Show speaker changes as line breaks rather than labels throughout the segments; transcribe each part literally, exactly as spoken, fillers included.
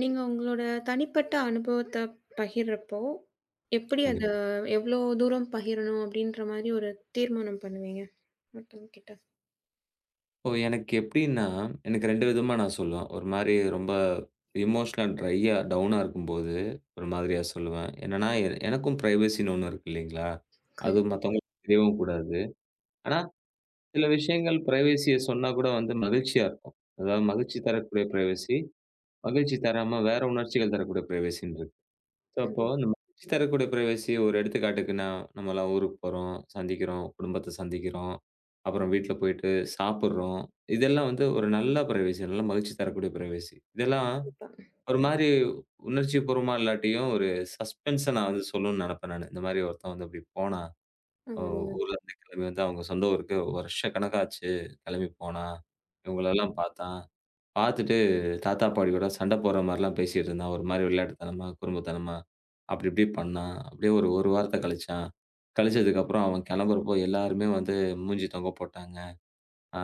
நீங்க உங்களோட தனிப்பட்ட அனுபவத்த பகிர்றப்போ, எப்படி அத
கண்டிப்பா.
எவ்ளோ தூரம் பகிரணும் அப்படின்ற மாரி ஒரு தீர்மானம் பண்ணுவீங்க மத்தவங்க கிட்ட?
இப்போ எனக்கு எப்படின்னா, எனக்கு ரெண்டு விதமா நான் சொல்லுவேன். ஒரு மாரி ரொம்ப எமோஷனல் ட்ரையா, டவுனா இருக்கும்போது, ஒரு மாதிரியா சொல்லுவேன். என்னன்னா, எ எனக்கும் பிரைவசின்னு ஒண்ணு இருக்கு இல்லைங்களா? அது
கண்டிப்பா,
மத்தவங்களுக்கு தெரியவும் கூடாது. ஆனா, சில விஷயங்கள் பிரைவசிய சொன்னா கூட வந்து மகிழ்ச்சியா இருக்கும். அதாவது மகிழ்ச்சி தரக்கூடிய பிரைவசி, மகிழ்ச்சி தராம வேற உணர்ச்சிகள் தரக்கூடிய பிரைவசின்னு இருக்கு. ஸோ, அப்போ
கண்டிப்பா.
இந்த மகிழ்ச்சி தரக்கூடிய பிரைவசி ஒரு எடுத்துக்காட்டுக்குன்னா, நம்மலாம் ஊருக்கு போறோம், சந்திக்கிறோம், குடும்பத்த சந்திக்கிறோம். அப்புறம் வீட்ல போயிட்டு சாப்பிடுறோம். இதெல்லாம் வந்து ஒரு நல்ல பிரைவசி. நல்ல மகிழ்ச்சி தரக்கூடிய பிரைவசி. இதெல்லாம் ஒரு மாரி உணர்ச்சிபூர்வமா இல்லாட்டியும், ஒரு சஸ்பென்ஸா நான் வந்து சொல்லணும்னு நெனப்பேன் நானு. இந்த மாரி ஒருத்தன் வந்து இப்டி போனா, அ
ஆமாங்க.
ஊர்லருந்து கிளம்பி வந்து அவங்க சொந்த ஊருக்கு வருஷக்கணக்காச்சு கிளம்பி போனான். இவங்களெல்லாம் பார்த்தான். பாத்துட்டு தாத்தா, பாட்டி கூட சண்ட போடுற மாரிலாம் பேசிட்டு இருந்தான். ஒரு மாரி விளையாட்டுத்தனமா, குறும்புத்தனமா, அப்டி இப்டி பண்ணான். அப்டியே ஒரு 1 வாரத்த கழிச்சான். கழிச்சதுக்கப்புறம் அவன் கெளம்புறப்போ எல்லாருமே வந்து மூஞ்சி தொங்க போட்டாங்க. ஆ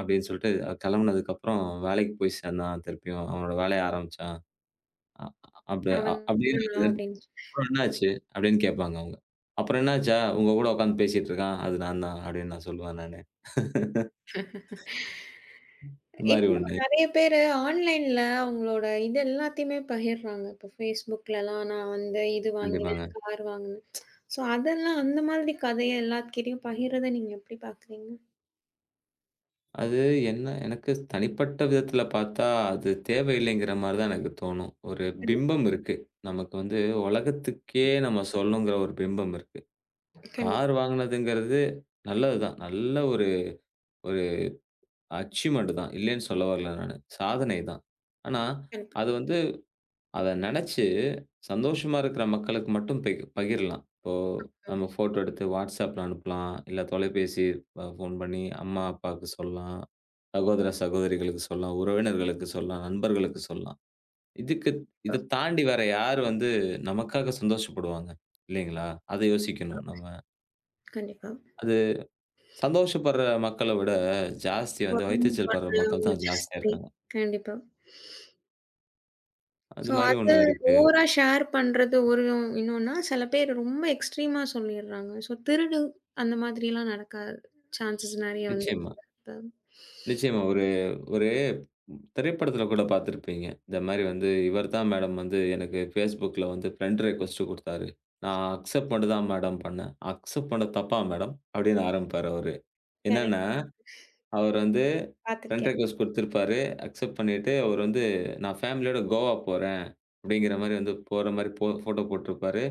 அப்டின்னு சொல்ட்டு கெளம்புனதுக்கப்புறம் வேலைக்கு போய் சேர்ந்தான் திருப்பியும். அவனோட வேலைய ஆரம்பிச்சான். அ அப்டி
அவன்
அப்டின்னு
தான் நான் அப்படின்னு
அதுக்கப்புறம்
சொல்.
என்னாச்சு? அப்டின்னு கேட்பாங்க அவங்க. அப்புறம் என்னாச்சா? உங்க கூட உட்காந்து பேசிட்டு இருக்கான். அது நான் தான் அப்டின்னு நான் சொல்லுவேன் நானு. இந்த மாரி
இப்போ
ஒண்ணு.
நெறைய பேரு ஆன்லைன்ல அவங்களோட இது எல்லாத்தையுமே பகிர்றாங்க. இப்போ Facebookலலாம் நான் வந்து இது வாங்கினேன்,
கண்டிப்பாங்க.
கார் வாங்கினேன். ஸோ அதெல்லாம் அந்த மாதிரி கதைய எல்லாத்துக்கிட்டயும் பகிர்றத நீங்க எப்படி பார்க்குறீங்க?
அது என்ன எனக்கு தனிப்பட்ட விதத்தில பார்த்தா, அது தேவையில்லைங்கிற மாரி தான் எனக்கு தோணும். ஒரு
கண்டிப்பா,
பிம்பம் இருக்கு. நமக்கு வந்து உலகத்துக்கே நம்ம சொல்லணுங்கிற ஒரு பிம்பம் இருக்கு.
கண்டிப்பா,
கார் வாங்கினதுங்கிறது நல்லது தான். நல்ல ஒரு ஒரு அச்சீவ்மெண்ட் தான். இல்லைன்னு சொல்ல வரல நானு. சாதனை தான். ஆனா,
கண்டிப்பா,
அது வந்து அத நெனச்சு சந்தோஷமா இருக்கிற மக்களுக்கு மட்டும் பெக் பகிரலாம். இப்போ நம்ம ஃபோட்டோ எடுத்து WhatsAppல அனுப்பலாம். இல்ல தொலைபேசி அ ஃபோன் பண்ணி அம்மா, அப்பாவுக்கு சொல்லலாம். சகோதர, சகோதரிகளுக்கு சொல்லலாம். உறவினர்களுக்கு சொல்லலாம். நண்பர்களுக்கு சொல்லலாம். இதுக்கு இத தாண்டி வேற யார் வந்து நமக்காக சந்தோஷப்படுவாங்க? இல்லைங்களா? அத யோசிக்கணும் நம்ம.
கண்டிப்பா.
அது சந்தோஷப்படுற மக்கள விட ஜாஸ்தி வந்து வயித்தெரிச்சல் படுற
ஒருமைப்பாடு
மக்கள் தான் ஜாஸ்தியா
ஜாஸ்தி.
இருக்காங்க.
கண்டிப்பா.
அது
ஸோ
மாரி
அது
ஒண்ணு இருக்கு.
ஓவரா ஷேர் பண்றது ஒரு இன்னொன்னா, சில பேர் ரொம்ப எக்ஸ்ட்ரீமா சொல்லிர்றாங்க. ஸோ திருடு அந்த மாதிரிலாம் நடக்க சான்சஸ் நெறைய வந்து.
நிச்சயமா.
இப்ப
நிச்சயமா. ஒரு ஒரு திரைப்படத்துல கூட பார்த்திருப்பீங்க. இந்த மாரி வந்து இவர் தான் மேடம் வந்து எனக்கு Facebookல வந்து ஃப்ரெண்ட் ரிக்வெஸ்ட் குடுத்தாரு. நான் அக்செப்ட் மட்டும் தான் மேடம் பண்ணேன். அக்செப்ட் பண்ணது தப்பா மேடம்? அப்படின்னு ஆரம்பிப்பாரு அவரு.
கரெக்ட்.
என்னன்னா, அவர் வந்து ஃப்ரெண்ட்
பார்த்துருக்கேன்.
ரிக்வெஸ்ட் குடுத்திருப்பாரு. அக்செப்ட் பண்ணிட்டு அவரு வந்து, "நான் ஃபேமிலியோட கோவா போறேன்." அப்படிங்கிற மாரி வந்து போற மாரி போ ஃபோட்டோ போட்டிருப்பாரு.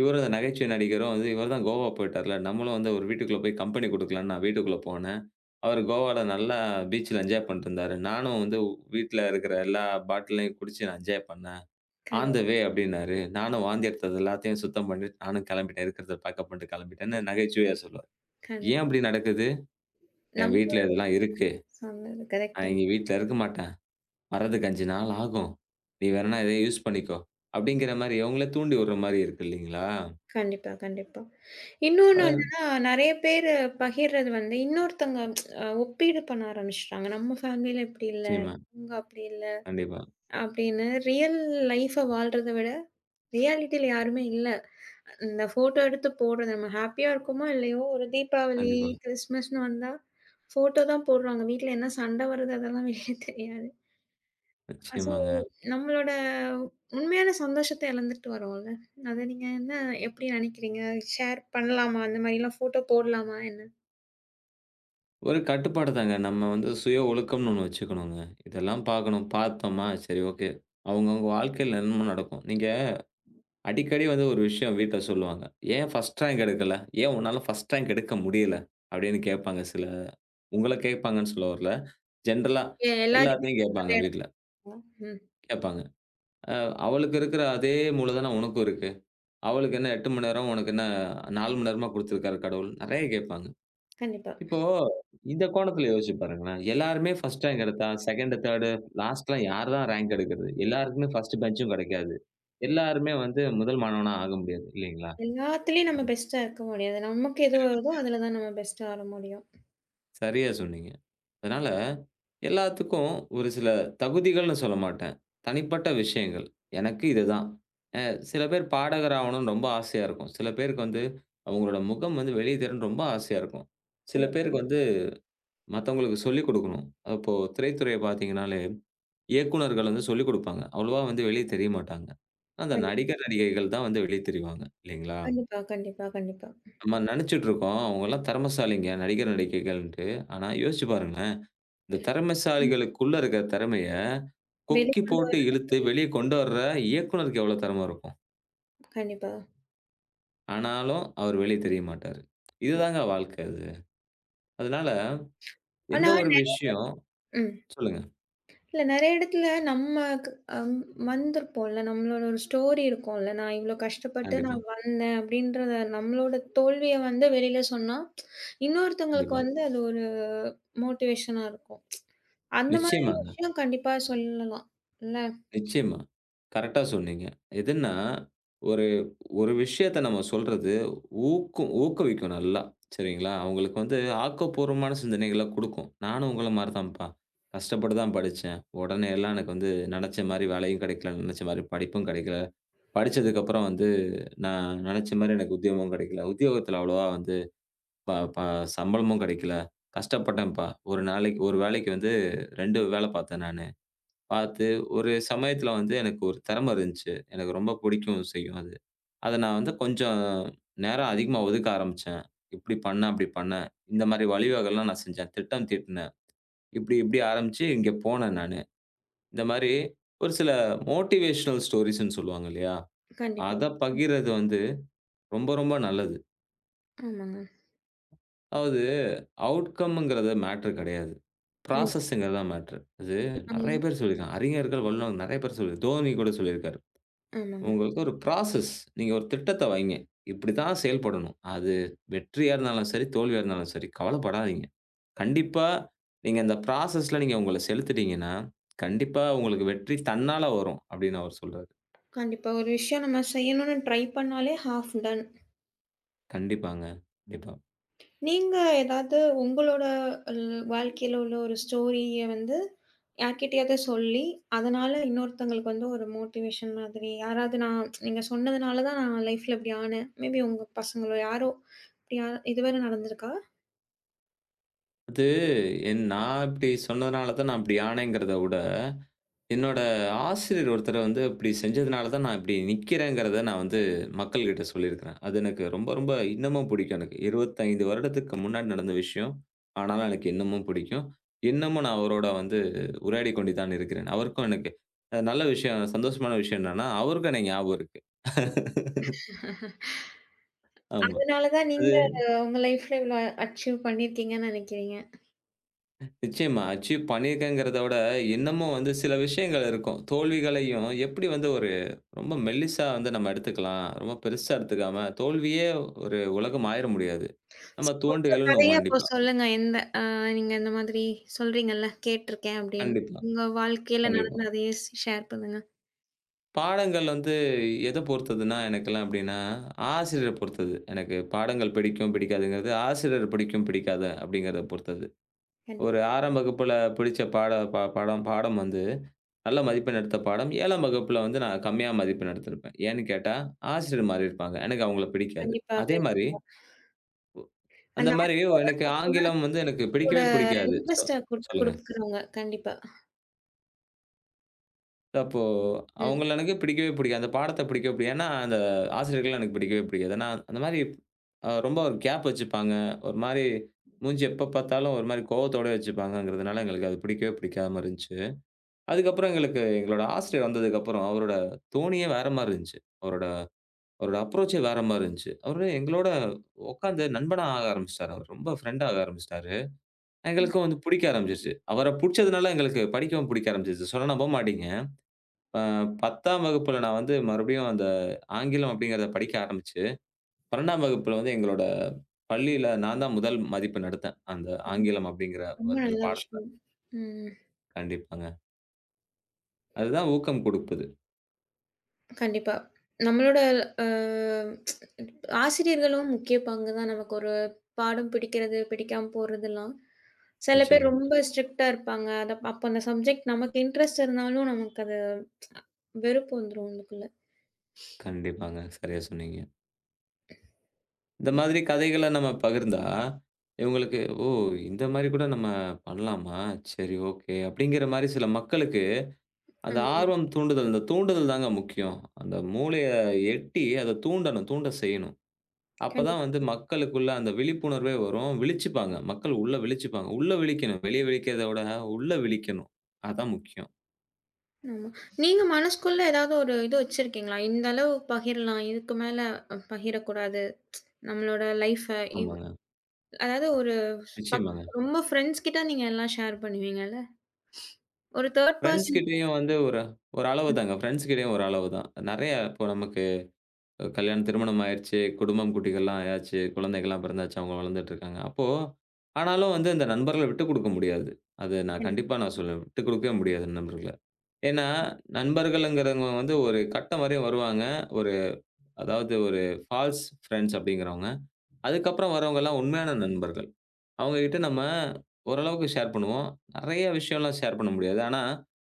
இவரும் அந்த நகைச்சுவை நடிகரும் வந்து, "இவர் தான் கோவா போயிட்டார்ல, நம்மளும் வந்து ஒரு வீட்டுக்குள்ள போய் கம்பெனி குடுக்கலாம்ன்னு நான் வீட்டுக்குள்ள போனேன். அவரு கோவால நல்லா பீச்சுல என்ஜாய் பண்ணிட்டு இருந்தாரு. நானும் வந்து வீட்ல இருக்கிற எல்லா பாட்டிலையும் குடிச்சு நான் என்ஜாய் பண்ணேன். ஆன் த
கண்டிப்பா,
வே அப்படின்னாரு. நானும் வாந்தி எடுத்தது எல்லாத்தையும் சுத்தம் பண்ணிட்டு நானும் கெளம்பிட்டேன். இருக்கிறத பேக்கப் பண்ணிட்டு கெளம்பிட்டேன்னு" நகைச்சுவையா சொல்லுவாரு.
கண்டிப்பா.
ஏன் அப்படி நடக்குது? "என்
நம்ம
வீட்ல இதெல்லாம் இருக்கு.
சொன்னது
நான்
கரெக்ட்டுங்க.
இங்க வீட்ல இருக்க மாட்டேன். வர்றதுக்கு அஞ்சு நாள் ஆகும். நீ வேணுனா இத யூஸ் பண்ணிக்கோ. அப்படிங்கிற மாரி அவங்கள தூண்டி விடுற மாரி இருக்கு இல்லைங்களா?
கண்டிப்பா, கண்டிப்பா. இன்னொன்னு
அது
என்னன்னா, நெறைய பேரு பகிர்றது வந்து இன்னொருத்தங்க அ ஒப்பீடு பண்ண ஆரம்பிச்சுட்டாங்க. நம்ம ஃபேமிலில இப்படி இல்ல,
நிச்சயமா.
அவங்க அப்படி இல்ல
கண்டிப்பா,
அப்படின்னு ரியல் லைஃப வாழ்றத விட ரியாலிட்டில யாருமே இல்ல. இந்த ஃபோட்டோ எடுத்து போடுறது, நம்ம ஹேப்பியா இருக்கோமோ இல்லையோ, ஒரு தீபாவளி,
கண்டிப்பா.
கிறிஸ்மஸ்ன்னு வந்தா ஃபோட்டோ தான் போடுறாங்க. வீட்ல என்ன சண்டை வருது அதெல்லாம் வெளிய தெரியாது. அ சோ
நிச்சயமாங்க.
நம்மளோட உண்மையான சந்தோஷத்த இழந்துட்டு வரோம்ல. அத நீங்க என்ன எப்படி நினைக்கிறீங்க? ஷேர் பண்ணலாமா? அந்த மாரிலாம் ஃபோட்டோ போடலாமா என்ன?
ஒரு கட்டுப்பாடு தாங்க. நம்ம வந்து சுய ஒழுக்கம்னு ஒண்ணு வச்சுக்கணுங்க. இதெல்லாம் பார்க்கணும். பார்த்தோமா, சரி ஓகே. அவங்கவங்க வாழ்க்கையில என்னமோ நடக்கும். நீங்க அடிக்கடி வந்து ஒரு விஷயம் வீட்ல சொல்லுவாங்க. "ஏன் ஃபர்ஸ்ட் ரேங்க் எடுக்கல? ஏன் உன்னால ஃபர்ஸ்ட் ரேங்க் எடுக்க முடியல?" அப்படின்னு கேட்பாங்க சில உங்கள கேட்பாங்கன்னு சொல்ல வரல. ஜென்ரலா
எ எல்லாரையுமே.
எல்லாத்தையும் கேட்பாங்க வீட்ல.
ம்.
கேட்பாங்க. அ அவளுக்கு இருக்கிற அதே மூளதான உனக்கும் இருக்கு. அவளுக்கு என்ன எட்டு மணி நேரம், உனக்கு என்ன நாலு மணி நேரமா குடுத்திருக்காரு கடவுள். நெறைய கேட்பாங்க.
கண்டிப்பா.
இப்போ இந்த கோணத்துல யோசிச்சு பாருங்களேன். எல்லாருமே ஃபர்ஸ்ட் ரேங்க் எடுத்தா, ரெண்டு, மூணு லாஸ்ட்லாம் யார் தான் ரேங்க் எடுக்கிறது? எல்லாருக்குமே ஃபர்ஸ்ட் பெஞ்சும் கிடைக்காது. எல்லாருமே வந்து முதல் மாணவனா ஆக முடியாது இல்லைங்களா?
எல்லாத்துலயும் நம்ம பெஸ்ட்டா இருக்க முடியாது. நமக்கு எது வருதோ அதுல தான் நம்ம பெஸ்ட்டா வர முடியும்.
சரியா சொன்னீங்க. அதனால எல்லாத்துக்கும் ஒரு சில தகுதிகள்னு சொல்ல மாட்டேன். தனிப்பட்ட விஷயங்கள். எனக்கு இதுதான். சில பேர் பாடகர் ஆவணும்னு ரொம்ப ஆசையா இருக்கும். சில பேருக்கு வந்து அவங்களோட முகம் வந்து வெளிய தெரியணும்னு ரொம்ப ஆசையா இருக்கும். சில
கண்டிப்பா,
பேருக்கு ம். வந்து மத்தவங்களுக்கு சொல்லிக் குடுக்கணும். அப்போ திரைத்துறைய பார்த்தீங்கன்னாலே, இயக்குனர்கள் வந்து சொல்லிக் குடுப்பாங்க. அவ்வளவா வந்து வெளிய தெரிய மாட்டாங்க. அந்த
கண்டிப்பா,
நடிகர், நடிகைகள் தான் வந்து வெளிய தெரிவாங்க. இல்லைங்களா?
கண்டிப்பா, கண்டிப்பா, கண்டிப்பா.
நம்ம நெனச்சுட்டு இருக்கோம், அவங்கலாம் திறமைசாலிங்க நடிகர், நடிகைகள்ன்ட்டு. ஆனா யோசிச்சு பாருங்களேன், இந்த திறமைசாலிகளுக்குள்ள இருக்கிற திறமைய கொக்கி
வெளிக்கொண்டு
போட்டு
வர.
இழுத்து வெளிய கொண்டு வர்ற இயக்குனருக்கு எவ்வளோ திறம இருக்கும்?
கண்டிப்பா.
ஆனாலும் அவரு வெளிய தெரிய மாட்டாரு.
ம்.
இதுதாங்க வாழ்க்கை அது. அதனால எந்த
ஆனா
ஒரு
நெ.
விஷயம்
ம்.
சொல்லுங்க.
இல்ல நெறைய இடத்துல நம்ம க் அம் வந்திருப்போம்ல. நம்மளோட ஒரு ஸ்டோரி இருக்கும்ல. நான் இவ்ளோ கஷ்டப்பட்டு
கண்டிப்பா,
நான் வந்தேன் அப்படின்றத, நம்மளோட தோல்விய வந்து வெளியில சொன்னா, இன்னொருத்தவங்களுக்கு
கண்டிப்பா.
வந்து அது ஒரு மோட்டிவேஷனா இருக்கும். அந்த மாதிரி
நிச்சயமாங்க,
விஷயம் கண்டிப்பா சொல்லலாம். இல்ல?
நிச்சயமா. கரெக்ட்டா சொன்னீங்க. எதுன்னா, ஒரு ஒரு விஷயத்த நம்ம சொல்றது ஊக்கும் ஊக்குவிக்கும் நல்லா. சரிங்களா? அவங்களுக்கு வந்து ஆக்கப்பூர்வமான சிந்தனைகள குடுக்கும். நானும் உங்கள மாரி தான்ப்பா. கஷ்டப்பட்டு தான் படிச்சேன். உடனே எல்லாம் எனக்கு வந்து நெனச்ச மாரி வேலையும் கெடைக்கல, நெனச்ச மாரி படிப்பும் கெடைக்கல. படிச்சதுக்கப்புறம் வந்து நான் நெனச்ச மாரி எனக்கு உத்தியோகமும் கெடைக்கல. உத்தியோகத்தில அவ்வளவா வந்து ப ப சம்பளமும் கிடைக்கல. கஷ்டப்பட்டேன்ப்பா. ஒரு நாளைக்கு ஒரு வேலைக்கு வந்து ரெண்டு வேலை பார்த்தேன் நானு. பார்த்து ஒரு சமயத்துல வந்து எனக்கு ஒரு திறமை இருந்துச்சு. எனக்கு ரொம்ப பிடிக்கவும் செய்யும் அது. அத நான் வந்து கொஞ்சம் நேரம் அதிகமா ஒதுக்க ஆரம்பிச்சேன். இப்படி பண்ணேன், அப்படி பண்ணேன். இந்த மாரி வழிவகைலாம் நான் செஞ்சேன். திட்டம் தீட்டுனேன். இப்படி இப்படி ஆரம்பிச்சு இங்க போனேன் நானு. இந்த மாரி ஒரு சில மோட்டிவேஷனல் ஸ்டோரீஸ்ன்னு சொல்லுவாங்க இல்லையா?
கண்டிப்பா.
அத பகிர்றது வந்து ரொம்ப ரொம்ப நல்லது.
ஆமாங்க.
அதாவது அவுட்கம்ங்கிறது மேட்டர் கிடையாது.
ம்.
ப்ராசஸ்ங்கிறது தான் மேட்டர். அது
ஆமா.
நெறைய பேர் சொல்லியிருக்காங்க. அறிஞர்கள், வல்லுநர்கள் நெறைய பேர் சொல்லி தோனி கூட சொல்லியிருக்காரு.
ஆமாங்க.
உங்களுக்கு ஒரு ப்ராசஸ். நீங்க ஒரு திட்டத்த வைங்க. இப்படித்தான் செயல்படணும். அது வெற்றியா இருந்தாலும் சரி, தோல்வியா இருந்தாலும் சரி, கவலைப்படாதீங்க. கண்டிப்பா நீங்க அந்த ப்ராசஸ்ல நீங்க உங்கள செலுத்திட்டீங்கன்னா, கண்டிப்பா உங்களுக்கு வெற்றி தன்னால வரும் அப்படின்னு அவர் சொல்றாரு.
கண்டிப்பா. ஒரு விஷயம் நம்ம செய்யணும்னு ட்ரை பண்ணாலே ஹாஃப் டன்.
கண்டிப்பாங்க. கண்டிப்பா.
நீங்க ஏதாவது உங்களோட அல் வாழ்க்கையில உள்ள ஒரு ஸ்டோரிய வந்து யார்கிட்டயாவது சொல்லி, அதனால இன்னொருத்தங்களுக்கு வந்து ஒரு மோட்டிவேஷன் மாதிரி, யாராவது நான் நீங்க சொன்னதுனால தான் நான் லைஃப்ல இப்படி ஆனேன், மேபி உங்க பசங்களோ யாரோ, இப்படி யா இதுவரை நடந்திருக்கா?
அது என் நான் இப்படி சொன்னதுனால தான் நான் இப்படி ஆனேங்கிறத விட என்னோட ஆசிரியர் ஒருத்தர் வந்து இப்டி செஞ்சதுனால தான் நான் இப்டி நிக்கிறேங்கிறத நான் வந்து மக்கள்கிட்ட சொல்லியிருக்கிறேன். அது எனக்கு ரொம்ப, ரொம்ப இன்னமும் பிடிக்கும் எனக்கு. இருபத்தி ஐந்து வருடத்துக்கு முன்னாடி நடந்த விஷயம். ஆனாலும் எனக்கு இன்னமும் பிடிக்கும். இன்னமும் நான் அவரோட வந்து உரையாடிக் கொண்டு தான் இருக்கிறேன். அவருக்கும் எனக்கு அ நல்ல விஷயம் சந்தோஷமான விஷயம் என்னன்னா, அவருக்கும் எனக்கு ஞாபகம் இருக்கு. ஆமா.
அதனால தான்
அது
நீங்க அஹ், உங்க லைஃப்ல இவ்வளோ அச்சீவ் பண்ணியிருக்கீங்கன்னு நினைக்கிறீங்க.
நிச்சயமா. அச்சீவ் பண்ணியிருக்கேங்கிறத விட, இன்னமும் வந்து சில விஷயங்கள் இருக்கும். தோல்விகளையும் எப்படி வந்து ஒரு ரொம்ப மெல்லிசா வந்து நம்ம எடுத்துக்கலாம். ரொம்ப பெருசா எடுத்துக்காம, தோல்வியே ஒரு உலகம் ஆயிற முடியாது.
ஸோ
நம்ம தோண்டி
உங்க
எழுணும்
கதைய அப்போ
கண்டிப்பா.
சொல்லுங்க. எந்த அ நீங்க இந்த மாதிரி சொல்றீங்கல்ல கேட்டிருக்கேன் அப்படின்னு.
கண்டிப்பா,
உங்க வாழ்க்கையில
கண்டிப்பா.
நடந்த அதையே ஷேர் பண்ணுங்க.
பாடங்கள் வந்து எத பொறுத்ததுன்னா, எனக்கெல்லாம் எப்படின்னா, ஆசிரியர பொறுத்தது. எனக்கு பாடங்கள் பிடிக்கும், பிடிக்காதுங்கிறது, ஆசிரியர் பிடிக்கும், பிடிக்காத அப்படிங்கிறத பொறுத்தது.
கண்டிப்பா,
ஒரு 6ஆம் வகுப்புல பிடிச்ச பாட ப படம் பாடம் வந்து நல்ல மதிப்பெண் எடுத்த பாடம் 7ஆம் வகுப்புல வந்து நான் கம்மியா மதிப்பெண் எடுத்திருப்பேன். ஏன்னு கேட்டா, ஆசிரியர் மாறியிருப்பாங்க. எனக்கு அவங்கள பிடிக்காது.
கண்டிப்பா.
அதே
கண்.
மாரி ஒ அந்த
அந்த
மாரி
ஆசிரியர் தான்
எனக்கு
அந்த
ஆங்கிலம் வந்து எனக்கு
பொண்ணோட
பிடிக்கவே பிடிக்காது. சொ
இன்ட்ரெஸ்ட்ட குடுக்
சொல்லுங்க.
குடுக்குறாங்க. கண்டிப்பா.
அப்போ
ம்.
அவங்கள எனக்கு பிடிக்கவே பிடிக்காது. அந்த பாடத்த பிடிக்கவே பிடிக்காது. ஏன்னா, அந்த ஆசிரியர்கள் எனக்கு பிடிக்கவே பிடிக்காது. ஏன்னா, அந்த மாரி அ ரொம்ப ஒரு கேப் வச்சுப்பாங்க. ஒரு மாரி மூஞ்சி எப்ப பார்த்தாலும் ஒரு மாரி கோவத்தோட வச்சுப்பாங்கங்கிறதுனால எங்களுக்கு அது பிடிக்கவே பிடிக்காம இருந்துச்சு. அதுக்கப்புறம் எங்களுக்கு எங்களோட ஆசிரியர் வந்ததுக்கப்புறம் அவரோட தோணியே வேற மாரி இருந்துச்சு. அவரோட அவரோட அப்ரோச்சே வேற மாரி இருந்துச்சு. அவரு எங்களோட உட்காந்து நண்பனா ஆக ஆரம்பிச்சுட்டாரு. அவரு ரொம்ப ஃப்ரெண்ட் ஆக ஆரம்பிச்சுட்டாரு. எங்களுக்கும் வந்து புடிக்க ஆரம்பிச்சுருச்சு. அவர புடிச்சதுனால எங்களுக்கு படிக்கவும் புடிக்க ஆரம்பிச்சுருச்சு. சொன்னா நம்ப மாட்டீங்க. அ 10ஆம் வகுப்புல நான் வந்து மறுபடியும் அந்த ஆங்கிலம் அப்படிங்கிறத படிக்க ஆரம்பிச்சு, 12ஆம் வகுப்புல வந்து எங்களோட பள்ளியில நான் தான் முதல் மதிப்பெண் எடுத்தேன். அந்த
ம்.
ஆங்கிலம் அப்படிங்கிற
ரொம்ப
ஒரு- அந்த
நல்ல
பாடத்துல.
விஷயம். ம்.
கண்டிப்பாங்க. அதுதான் ஊக்கம் குடுப்பது.
கண்டிப்பா. நம்மளோட அ ஆசிரியர்களும் முக்கிய பங்கு தான். நமக்கு ஒரு பாடம் பிடிக்கிறது, பிடிக்காம போறதெல்லாம். சில பேர்
நிச்சயமா.
ரொம்ப ஸ்ட்ரிக்ட்டா இருப்பாங்க. அத அப்ப அந்த சப்ஜெக்ட் நமக்கு இன்ட்ரெஸ்ட் இருந்தாலும் நமக்கு அது வெறுப்பு வந்துரும் உள்ளுக்குள்ள.
கண்டிப்பாங்க. சரியா சொன்னீங்க. இந்த மாதிரி கதைகள நம்ம பகிர்ந்தா, இவங்களுக்கு "ஓ! இந்த மாரி கூட நம்ம பண்ணலாமா? சரி, ஓகே." அப்படிங்கிற மாரி சில மக்களுக்கு அந்த
ஆமா.
ஆர்வம் தூண்டுதல், இந்த தூண்டுதல் தாங்க முக்கியம். அந்த மூளைய எட்டி அத தூண்டணும், தூண்ட செய்யணும். அப்பதான்
கண்டிப்பா.
வந்து மக்களுக்குள்ள அந்த விழிப்புணர்வே வரும். விழிச்சுப்பாங்க. மக்கள் உள்ள விழிச்சுப்பாங்க. உள்ள விழிக்கணும். வெளிய விழிக்கிறத விட உள்ள விழிக்கணும். அதான் முக்கியம்.
ஆமா. நீங்க மனசுக்குள்ள ஏதாவது ஒரு இது வச்சிருக்கீங்களா? இந்த அளவு பகிரலாம், இதுக்கு மேல பகிரக்கூடாது. நம்மளோட லைஃப,
ஆமாங்க.
அதாவது ஒரு பக்
நிச்சயமாங்க.
ரொம்ப ஃப்ரெண்ட்ஸ் கிட்ட நீங்க எல்லாம் ஷேர் பண்ணுவீங்கல்ல? ஒரு மூணு
ஃபிரெண்ட்ஸ்
பெர்சன்.
கிட்டயும் வந்து ஒரு ஒரு அளவு தாங்க. ஃபிரெண்ட்ஸ் கிட்டயும் ஒரு அளவு தான். நெறைய இப்போ நமக்கு கல்யாணம் திருமணம் ஆயிருச்சு. குடும்பம், குட்டிகள்லாம் ஆயாச்சு. குழந்தைகள்லாம் பிறந்தாச்சு. அவங்க வளர்ந்துட்டு இருக்காங்க. அப்போ ஆனாலும் வந்து இந்த நண்பர்கள விட்டுக் குடுக்க முடியாது. அது நான்
கண்டிப்பா.
கண்டிப்பா நான் சொல்லுவேன். விட்டுக் குடுக்கவே முடியாது நண்பர்கள. ஏன்னா, நண்பர்கள்ங்கிறவங்க வந்து ஒரு கட்டம் வரையும் வருவாங்க. ஒரு அதாவது ஒரு ஃபால்ஸ் ஃபிரெண்ட்ஸ் அப்படிங்கிறவங்க. அதுக்கப்புறம் வரவங்கலாம் உண்மையான நண்பர்கள். அவங்க கிட்ட நம்ம ஓரளவுக்கு ஷேர் பண்ணுவோம். நெறைய விஷயம்லாம் ஷேர் பண்ண முடியாது. ஆனா,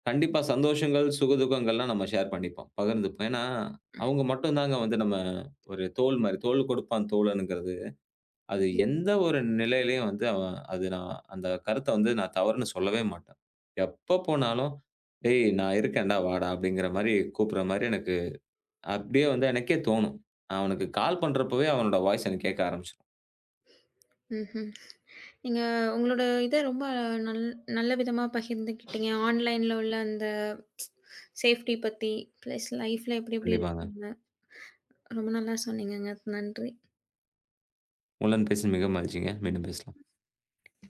கண்டிப்பா சந்தோஷங்கள், சுகதுக்கங்கள்லாம் நம்ம ஷேர் பண்ணிப்போம். பகிர்ந்துப்போம். ஏன்னா, அவங்க மட்டும் தாங்க வந்து நம்ம ஒரு தோள் மாரி. தோள் கொடுப்பான் தோழனுங்கிறது. அது எந்த ஒரு நிலையிலயும் வந்து அவன் அது நான் அந்த கருத்த வந்து நான் தவறுன்னு சொல்லவே மாட்டேன். எப்ப போனாலும், "டேய் நான் இருக்கேன்டா வாடா" அப்படிங்கிற மாரி கூப்பிடுற மாரி எனக்கு அப்படியே வந்து எனக்கே தோணும். நான் அவனுக்கு கால் பண்றப்பவே அவனோட வாய்ஸ் எனக்கு கேட்க ஆரம்பிச்சுரும்.
ம்ஹ்ம். நீங்க உங்களோட இத ரொம்ப நல் நல்ல விதமா பகிர்ந்துக்கிட்டீங்க. ஆன்லைன்ல உள்ள அந்த சேஃப்டி பத்தி, பிளஸ் லைஃப்ல எப்டி எப்டி
கண்டிப்பாங்க.
இருக்கணும்னு. ரொம்ப நல்லா சொன்னீங்கங்க. நன்றி.
உங்களுடன் பேசி மிக மகிழ்ச்சிங்க. மீண்டும் பேசலாம்.